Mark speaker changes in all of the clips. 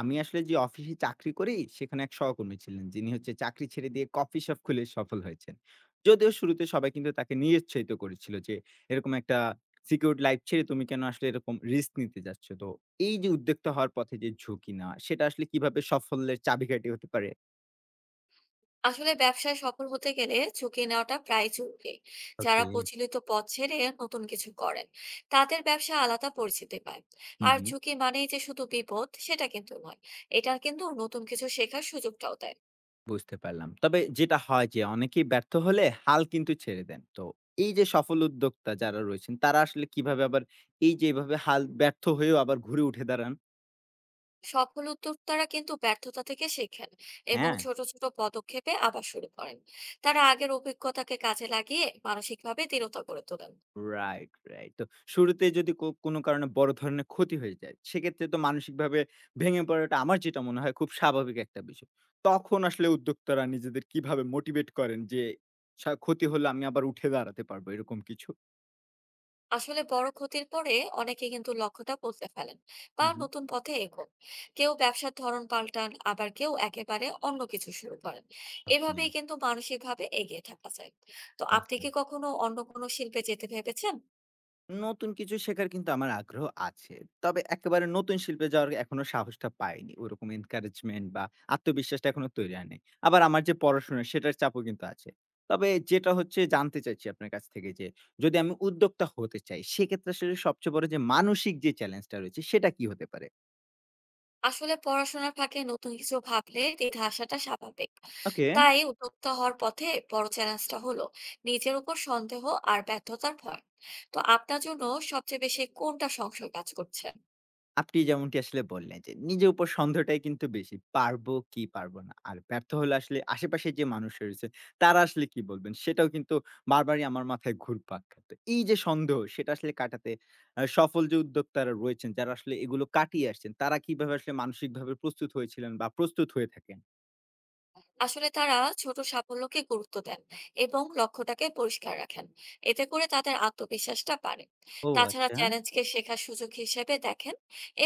Speaker 1: আমি আসলে যে অফিসে চাকরি করি সেখানে এক সহকর্মী ছিলেন যিনি হচ্ছে চাকরি ছেড়ে দিয়ে কফি শপ খুলে সফল হয়েছেন। যদিও শুরুতে সবাই কিন্তু তাকে নিরুৎসাহিত করেছিল যে এরকম একটা সিকিউর লাইফ ছেড়ে তুমি কেন আসলে এরকম রিস্ক নিতে যাচ্ছ। তো এই যে উদ্যোক্তা হওয়ার পথে যে ঝুঁকি না, সেটা আসলে কিভাবে সাফল্যের চাবিকাঠি হতে পারে?
Speaker 2: আসলে ব্যবসায় সফল হতে গেলে ঝুঁকি নেওয়াটা প্রায় জরুরি। যারা
Speaker 1: ওকে।
Speaker 2: প্রচলিত পথ ছেড়ে নতুন কিছু করেন, তাদের ব্যবসা আলাদা পরিচিতি পায়।
Speaker 1: হুম,
Speaker 2: আর
Speaker 1: হুম।
Speaker 2: ঝুঁকি মানেই যে শুধু বিপদ সেটা কিন্তু নয়, এটা কিন্তু নতুন কিছু শেখার সুযোগটাও দেয়।
Speaker 1: বুঝতে পারলাম, তবে যেটা হয় যে অনেকেই ব্যর্থ হলে হাল কিন্তু ছেড়ে দেন। তো এই যে সফল উদ্যোক্তা যারা রয়েছেন তারা আসলে কিভাবে আবার এই যে এভাবে হাল ব্যর্থ হয়েও আবার ঘুরে উঠে দাঁড়ান?
Speaker 2: সফল উদ্যোক্তারা কিন্তু ব্যর্থতা থেকে শেখেন এবং
Speaker 1: হ্যাঁ।
Speaker 2: ছোট ছোট পদক্ষেপে আবার শুরু করেন। তারা আগের অভিজ্ঞতাকে কাজে লাগিয়ে মানসিকভাবে দৃঢ়তা গড়ে তোলেন।
Speaker 1: Right, right. তো শুরুতে যদি কোনো কারণে বড় ধরনের ক্ষতি হয়ে যায়, সেক্ষেত্রে তো মানসিকভাবে ভেঙে পড়াটা আমার যেটা মনে হয় খুব স্বাভাবিক একটা বিষয়। তখন আসলে উদ্যোক্তারা নিজেদের কিভাবে মোটিভেট করেন যে, ক্ষতি হলে আমি আবার উঠে দাঁড়াতে পারবো এরকম কিছু?
Speaker 2: আসলে বড় ক্ষতির পরে অনেকে কিন্তু লক্ষ্যটা বদলে ফেলেন বা
Speaker 1: হু, হু।
Speaker 2: নতুন পথে এগোন। কেউ ব্যবসার ধরন পাল্টান, আবার কেউ একেবারে অন্য কিছু শুরু করেন।
Speaker 1: ওকে,
Speaker 2: এভাবেই কিন্তু মানসিকভাবে এগিয়ে থাকা যায়। তো আপনি
Speaker 1: ওকে।
Speaker 2: কি কখনো অন্য কোনো শিল্পে যেতে ভেবেছেন?
Speaker 1: নতুন কিছু শেখার কিন্তু আমার আগ্রহ আছে। তবে একেবারে নতুন শিল্পে যাওয়ার এখনো সাহসটা পাইনি। ওরকম এনকারেজমেন্ট বা আত্মবিশ্বাসটা এখনো তৈরি হয়নি। আবার আমার যে পড়াশোনা সেটার চাপও কিন্তু আছে। তবে যেটা হচ্ছে জানতে চাইছি আপনার কাছ থেকে যে, যদি আমি উদ্যোক্তা হতে চাই সেক্ষেত্রে আসলে সবচেয়ে বড় যে মানসিক যে চ্যালেঞ্জটা রয়েছে সেটা কি হতে পারে?
Speaker 2: আসলে পড়াশোনার ফাঁকে নতুন কিছু ভাবলে দ্বিধা আসাটা স্বাভাবিক।
Speaker 1: ওকে।
Speaker 2: তাই উদ্যোক্তা হওয়ার পথে বড় চ্যালেঞ্জটা হলো নিজের উপর সন্দেহ আর ব্যর্থতার ভয়। তো আপনার জন্য সবচেয়ে বেশি কোনটা সংশয় কাজ করছে?
Speaker 1: আপনি যেমনটি আসলে বললেন যে, নিজের উপর সন্দেহটাই কিন্তু বেশি। পারবো কি পারব না। আর ব্যর্থ হলে আসলে আশেপাশে যে মানুষ রয়েছে তারা আসলে কি বলবেন সেটাও কিন্তু বারবারই আমার মাথায় ঘুরপাক খাত। এই যে সন্দেহ সেটা আসলে কাটাতে সফল যে উদ্যোক্তারা রয়েছেন যারা আসলে এগুলো কাটিয়ে আসছেন তারা কিভাবে আসলে মানসিকভাবে প্রস্তুত হয়েছিলেন বা প্রস্তুত হয়ে থাকেন?
Speaker 2: আসলে তারা ছোট সাফল্যকে গুরুত্ব দেন এবং লক্ষ্যটাকে পরিষ্কার রাখেন। এতে করে তাদের আত্মবিশ্বাসটা বাড়ে।
Speaker 1: ও
Speaker 2: তাছাড়া
Speaker 1: আচ্ছা।
Speaker 2: চ্যালেঞ্জকে শেখার সুযোগ হিসেবে দেখেন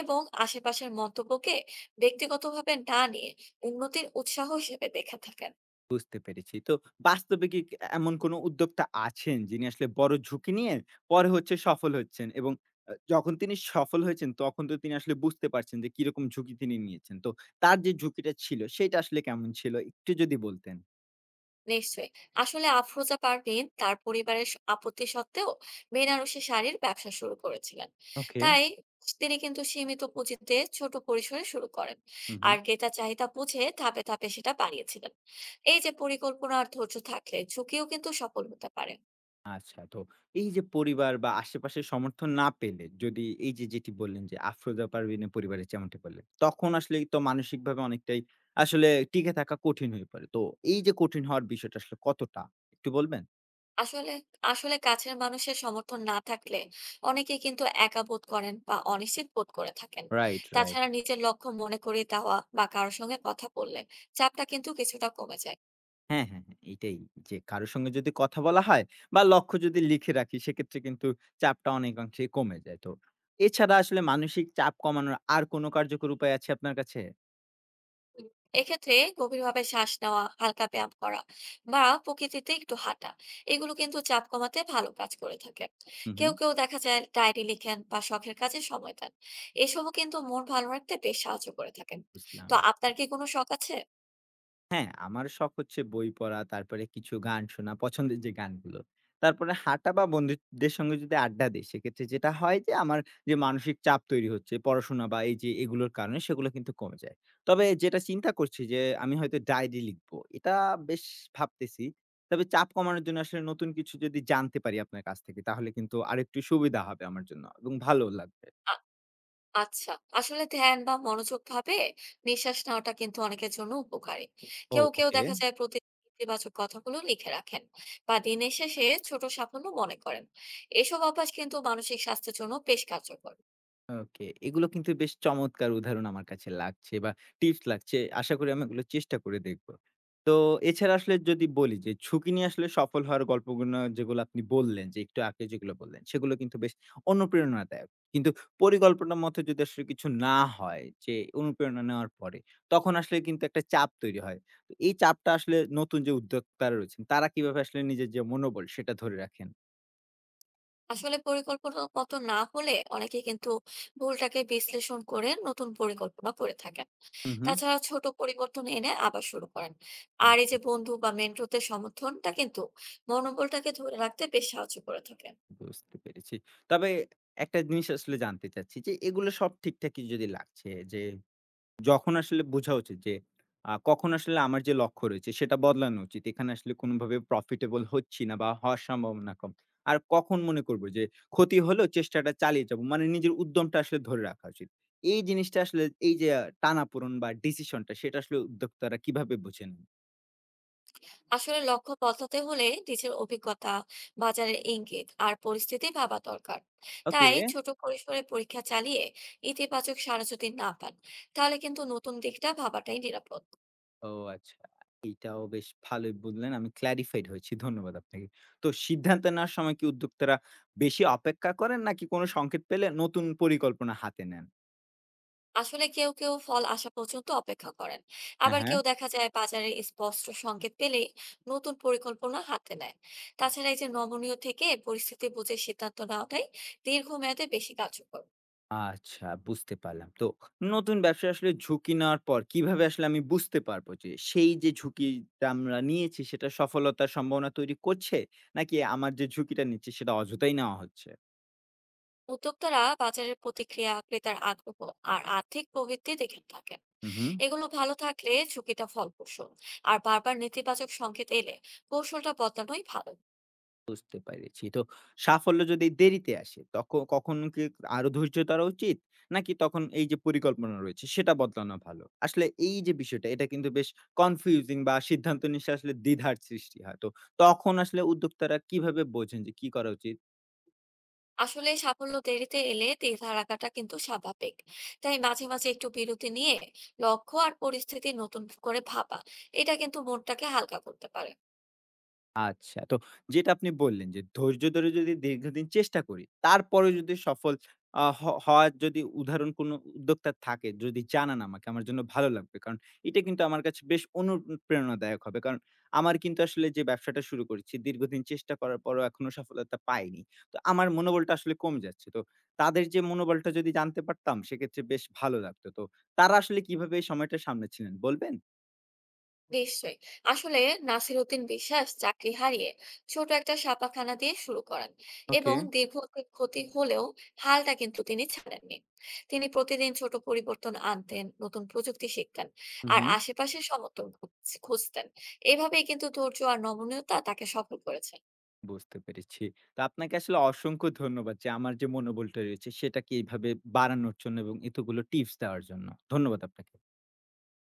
Speaker 2: এবং আশেপাশের মন্তব্যকে ব্যক্তিগতভাবে না নিয়ে উন্নতির উৎসাহ হিসেবে দেখে থাকেন।
Speaker 1: বুঝতে পেরেছি। তো বাস্তবে কি এমন কোন উদ্যোক্তা আছেন যিনি আসলে বড় ঝুঁকি নিয়ে পরে হচ্ছে সফল হচ্ছেন এবং যখন তিনি সফল হয়েছেন তখন তো তিনি আসলে বুঝতে পারছেন যে কিরকম ঝুঁকি তিনি নিয়েছেন। তো তার যে ঝুঁকিটা ছিল সেটা আসলে কেমন ছিল? একটু যদি বলতেন।
Speaker 2: নিশ্চয়ই। আসলে আফরোজা পারভীন তার পরিবারের আপত্তি সত্ত্বেও বেনারসি শাড়ির ব্যবসা শুরু করেছিলেন।
Speaker 1: ওকে।
Speaker 2: তাই তিনি কিন্তু সীমিত পুঁজিতে ছোট পরিসরে শুরু করেন।
Speaker 1: হুম, হুম।
Speaker 2: আর ক্রেতা চাহিদা বুঝে ধাপে ধাপে সেটা বাড়িয়েছিলেন। এই যে পরিকল্পনা আর ধৈর্য থাকলে ঝুঁকিও কিন্তু সফল হতে পারে।
Speaker 1: আচ্ছা। তো এই যে পরিবার বা আশেপাশের সমর্থন না পেলে যদি এই যে যেটি বললেন যে আফরোজা পারভীনের পরিবারের যেমনটি বললেন তখন আসলে তো মানসিকভাবে অনেকটাই আসলে টিকে থাকা কঠিন হয়ে পড়ে। তো এই যে কঠিন হওয়ার বিষয়টা আসলে কতটা একটু বলবেন?
Speaker 2: আসলে আসলে কাছের মানুষের সমর্থন না থাকলে অনেকেই কিন্তু একা বোধ করেন বা অনিশ্চিত বোধ করে থাকেন।
Speaker 1: Right, right.
Speaker 2: তাছাড়া নিজের লক্ষ্য মনে করিয়ে দেওয়া বা কারোর সঙ্গে কথা বললে চাপটা কিন্তু কিছুটা কমে যায়।
Speaker 1: হ্যাঁ, হ্যাঁ, হ্যাঁ। এইটাই, যে কারো সঙ্গে যদি কথা বলা হয় বা লক্ষ্য যদি লিখে রাখি সেক্ষেত্রে কিন্তু চাপটা অনেকাংশেই কমে যায়। তো এছাড়া আসলে মানসিক চাপ কমানোর আর কোনো কার্যকর উপায় আছে আপনার কাছে?
Speaker 2: হুম, এক্ষেত্রে গভীরভাবে শ্বাস নেওয়া, হালকা ব্যায়াম করা বা প্রকৃতিতে একটু হাঁটা, এগুলো কিন্তু চাপ কমাতে ভালো কাজ করে থাকে।
Speaker 1: হু, হু।
Speaker 2: কেউ কেউ দেখা যায় ডায়েরি লিখেন বা শখের কাজে সময় দেন, এসবও কিন্তু মন ভালো রাখতে বেশ সাহায্য করে থাকেন। তো
Speaker 1: বুঝলাম।
Speaker 2: আপনার কি কোনো শখ আছে?
Speaker 1: হ্যাঁ, আমার শখ হচ্ছে বই পড়া, তারপরে কিছু গান শোনা, পছন্দের যে গানগুলো। তারপরে হাঁটা বা বন্ধুদের সঙ্গে যদি আড্ডা দেই, সেক্ষেত্রে যেটা হয় যে আমার যে মানসিক চাপ তৈরি হচ্ছে পড়াশোনা বা এই যে এগুলোর কারণে সেগুলো কিন্তু কমে যায়। তবে যেটা চিন্তা করছি যে আমি হয়তো ডায়েরি লিখবো। এটা বেশ ভাবতেছি। তবে চাপ কমানোর জন্য আসলে নতুন কিছু যদি জানতে পারি আপনার কাছ থেকে তাহলে কিন্তু আরেকটু সুবিধা হবে আমার জন্য এবং ভালোও লাগবে।
Speaker 2: আচ্ছা, আসলে ধ্যান বা মনোযোগ ভাবে নিঃশ্বাস নেওয়াটা কিন্তু অনেকের জন্য উপকারী।
Speaker 1: ও
Speaker 2: কেউ কেউ
Speaker 1: ওকে।
Speaker 2: দেখা যায় প্রতি ইতিবাচক কথাগুলো লিখে রাখেন বা দিনের শেষে ছোট সাফল্য মনে করেন। এসব অভ্যাস কিন্তু মানসিক স্বাস্থ্যের জন্য বেশ কার্যকর।
Speaker 1: ওকে। এগুলো কিন্তু বেশ চমৎকার উদাহরণ আমার কাছে লাগছে বা টিপস লাগছে। আশা করি আমি এগুলো চেষ্টা করে দেখব। তো এছাড়া আসলে যদি বলি যে ঝুঁকি নিয়ে আসলে সফল হওয়ার গল্পগুলো যেগুলো আপনি বললেন যে একটু আগে যেগুলো বললেন সেগুলো কিন্তু বেশ অনুপ্রেরণাদায়ক। কিন্তু পরিকল্পনার মতো যদি আসলে কিছু না হয় যে অনুপ্রেরণা নেওয়ার পরে তখন আসলে কিন্তু একটা চাপ তৈরি হয়। তো এই চাপটা আসলে নতুন যে উদ্যোক্তারা রয়েছেন তারা কিভাবে আসলে নিজের যে মনোবল সেটা ধরে রাখেন?
Speaker 2: আসলে পরিকল্পনা মতো না হলে অনেকে কিন্তু ভুলটাকে বিশ্লেষণ করে নতুন পরিকল্পনা করে থাকেন।
Speaker 1: হু, হু।
Speaker 2: তাছাড়া ছোট পরিবর্তন এনে আবার শুরু করেন।
Speaker 1: আ
Speaker 2: আর এই যে বন্ধু বা মেন্টরদের সমর্থনটা কিন্তু মনোবলটাকে ধরে রাখতে বেশ সাহায্য করে থাকে।
Speaker 1: বুঝতে পেরেছি। তবে একটা জিনিস আসলে জানতে চাচ্ছি যে, এগুলো সব ঠিকঠাকই যদি লাগছে যে, যখন আসলে বোঝা উচিত যে, কখন আসলে আমার যে লক্ষ্য রয়েছে সেটা বদলানো উচিত। এখানে আসলে কোনোভাবে প্রফিটেবল হচ্ছি না বা হওয়ার সম্ভাবনা কম। আর কখন মনে করব যে, ক্ষতি হলেও চেষ্টাটা চালিয়ে যাবো। মানে নিজের উদ্যমটা আসলে ধরে রাখা উচিত। এই জিনিসটা আসলে এই যে টানাপোড়েন বা ডিসিশনটা সেটা আসলে উদ্যোক্তারা কিভাবে বোঝেন?
Speaker 2: আসলে লক্ষ্য বদলাতে হলে নিজের অভিজ্ঞতা, বাজারের ইঙ্গিত আর পরিস্থিতি ভাবা দরকার।
Speaker 1: ওকে।
Speaker 2: তাই ছোট পরিসরে পরীক্ষা চালিয়ে ইতিবাচক সাড়া যদি না পান, তাহলে কিন্তু নতুন দিকটা ভাবাটাই নিরাপদ।
Speaker 1: ও আচ্ছা। এইটাও বেশ ভালোই বললেন। আমি clarified হয়েছি। ধন্যবাদ আপনাকে। তো সিদ্ধান্ত নেওয়ার সময় কি উদ্যোক্তারা বেশি অপেক্ষা করেন নাকি কোনো সংকেত পেলে নতুন পরিকল্পনা হাতে নেন?
Speaker 2: আসলে কেউ কেউ ফল আসা পর্যন্ত অপেক্ষা করেন,
Speaker 1: হ্যাঁ,
Speaker 2: আবার
Speaker 1: হ্যাঁ।
Speaker 2: কেউ দেখা যায় বাজারে স্পষ্ট সংকেত পেলেই নতুন পরিকল্পনা হাতে নেয়। তাছাড়া এই যে নমনীয় থেকে পরিস্থিতি বুঝে সিদ্ধান্ত নেওয়াটাই দীর্ঘমেয়াদে বেশি কার্যকর।
Speaker 1: আচ্ছা, বুঝতে পারলাম। তো নতুন ব্যবসায় আসলে ঝুঁকি নেওয়ার পর কিভাবে আসলে আমি বুঝতে পারবো যে সেই যে ঝুঁকিটা আমরা নিয়েছি সেটা সফলতার সম্ভাবনা তৈরি করছে নাকি আমার যে ঝুঁকিটা নিচ্ছি সেটা অযথাই নেওয়া হচ্ছে?
Speaker 2: উদ্যোক্তারা বাজারের প্রতিক্রিয়া, ক্রেতার আগ্রহ আর আর্থিক প্রবৃদ্ধি দেখে থাকেন।
Speaker 1: হু, হু।
Speaker 2: এগুলো ভালো থাকলে ঝুঁকিটা ফলপ্রসূ। আর বারবার নেতিবাচক সংকেত এলে কৌশলটা বদলানোই ভালো।
Speaker 1: বুঝতে পেরেছি। তো সাফল্য যদি দেরিতে আসে, কখন কি আরো ধৈর্য ধরা উচিত? নাকি তখন এই যে পরিকল্পনা রয়েছে সেটা বদলানো ভালো? আসলে এই যে বিষয়টা এটা কিন্তু বেশ কনফিউজিং বা সিদ্ধান্ত নিতে আসলে দ্বিধার সৃষ্টি হয়। তো তখন আসলে উদ্যোক্তারা কিভাবে বোঝেন যে কি করা উচিত?
Speaker 2: আসলে সাফল্য দেরিতে এলে দ্বিধা রাখাটা কিন্তু স্বাভাবিক। তাই মাঝে মাঝে একটু বিরতি নিয়ে লক্ষ্য আর পরিস্থিতি নতুন করে ভাবা, এটা কিন্তু মনটাকে হালকা করতে পারে।
Speaker 1: আচ্ছা। তো যেটা আপনি বললেন যে ধৈর্য ধরে যদি দীর্ঘদিন চেষ্টা করি, তারপরেও যদি সফল আ হ হওয়ার যদি উদাহরণ কোনো উদ্যোক্তা থাকে, যদি জানান আমাকে, আমার জন্য ভালো লাগবে। কারণ এটা কিন্তু আমার কাছে বেশ অনুপ্রেরণাদায়ক হবে। কারণ আমার কিন্তু আসলে যে ব্যবসাটা শুরু করেছি, দীর্ঘদিন চেষ্টা করার পরও এখনো সফলতা পাইনি। তো আমার মনোবলটা আসলে কমে যাচ্ছে। তো তাদের যে মনোবলটা যদি জানতে পারতাম, সেক্ষেত্রে বেশ ভালো লাগতো। তো তারা আসলে কিভাবে এই সময়টা সামলেছিলেন বলবেন?
Speaker 2: নিশ্চয়ই। আসলে নাসিরউদ্দিন বিশ্বাস চাকরি হারিয়ে ছোট একটা ছাপাখানা দিয়ে শুরু করেন।
Speaker 1: ওকে।
Speaker 2: এবং দীর্ঘ ক্ষতি হলেও হালটা কিন্তু তিনি ছাড়েননি। তিনি প্রতিদিন ছোট পরিবর্তন আনতেন, নতুন প্রযুক্তি শিখতেন
Speaker 1: হু,
Speaker 2: আর
Speaker 1: হু।
Speaker 2: আশেপাশে সমর্থন খুঁজতেন। এভাবেই কিন্তু ধৈর্য আর নমনীয়তা তাকে সফল করেছে।
Speaker 1: বুঝতে পেরেছি। তো আপনাকে আসলে অসংখ্য ধন্যবাদ যে আমার যে মনোবলটা রয়েছে সেটাকে এভাবে বাড়ানোর জন্য এবং এতগুলো টিপস দেওয়ার জন্য। ধন্যবাদ আপনাকে।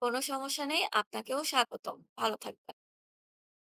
Speaker 2: কোনো সমস্যা নেই, আপনাকেও স্বাগতম। ভালো থাকবেন।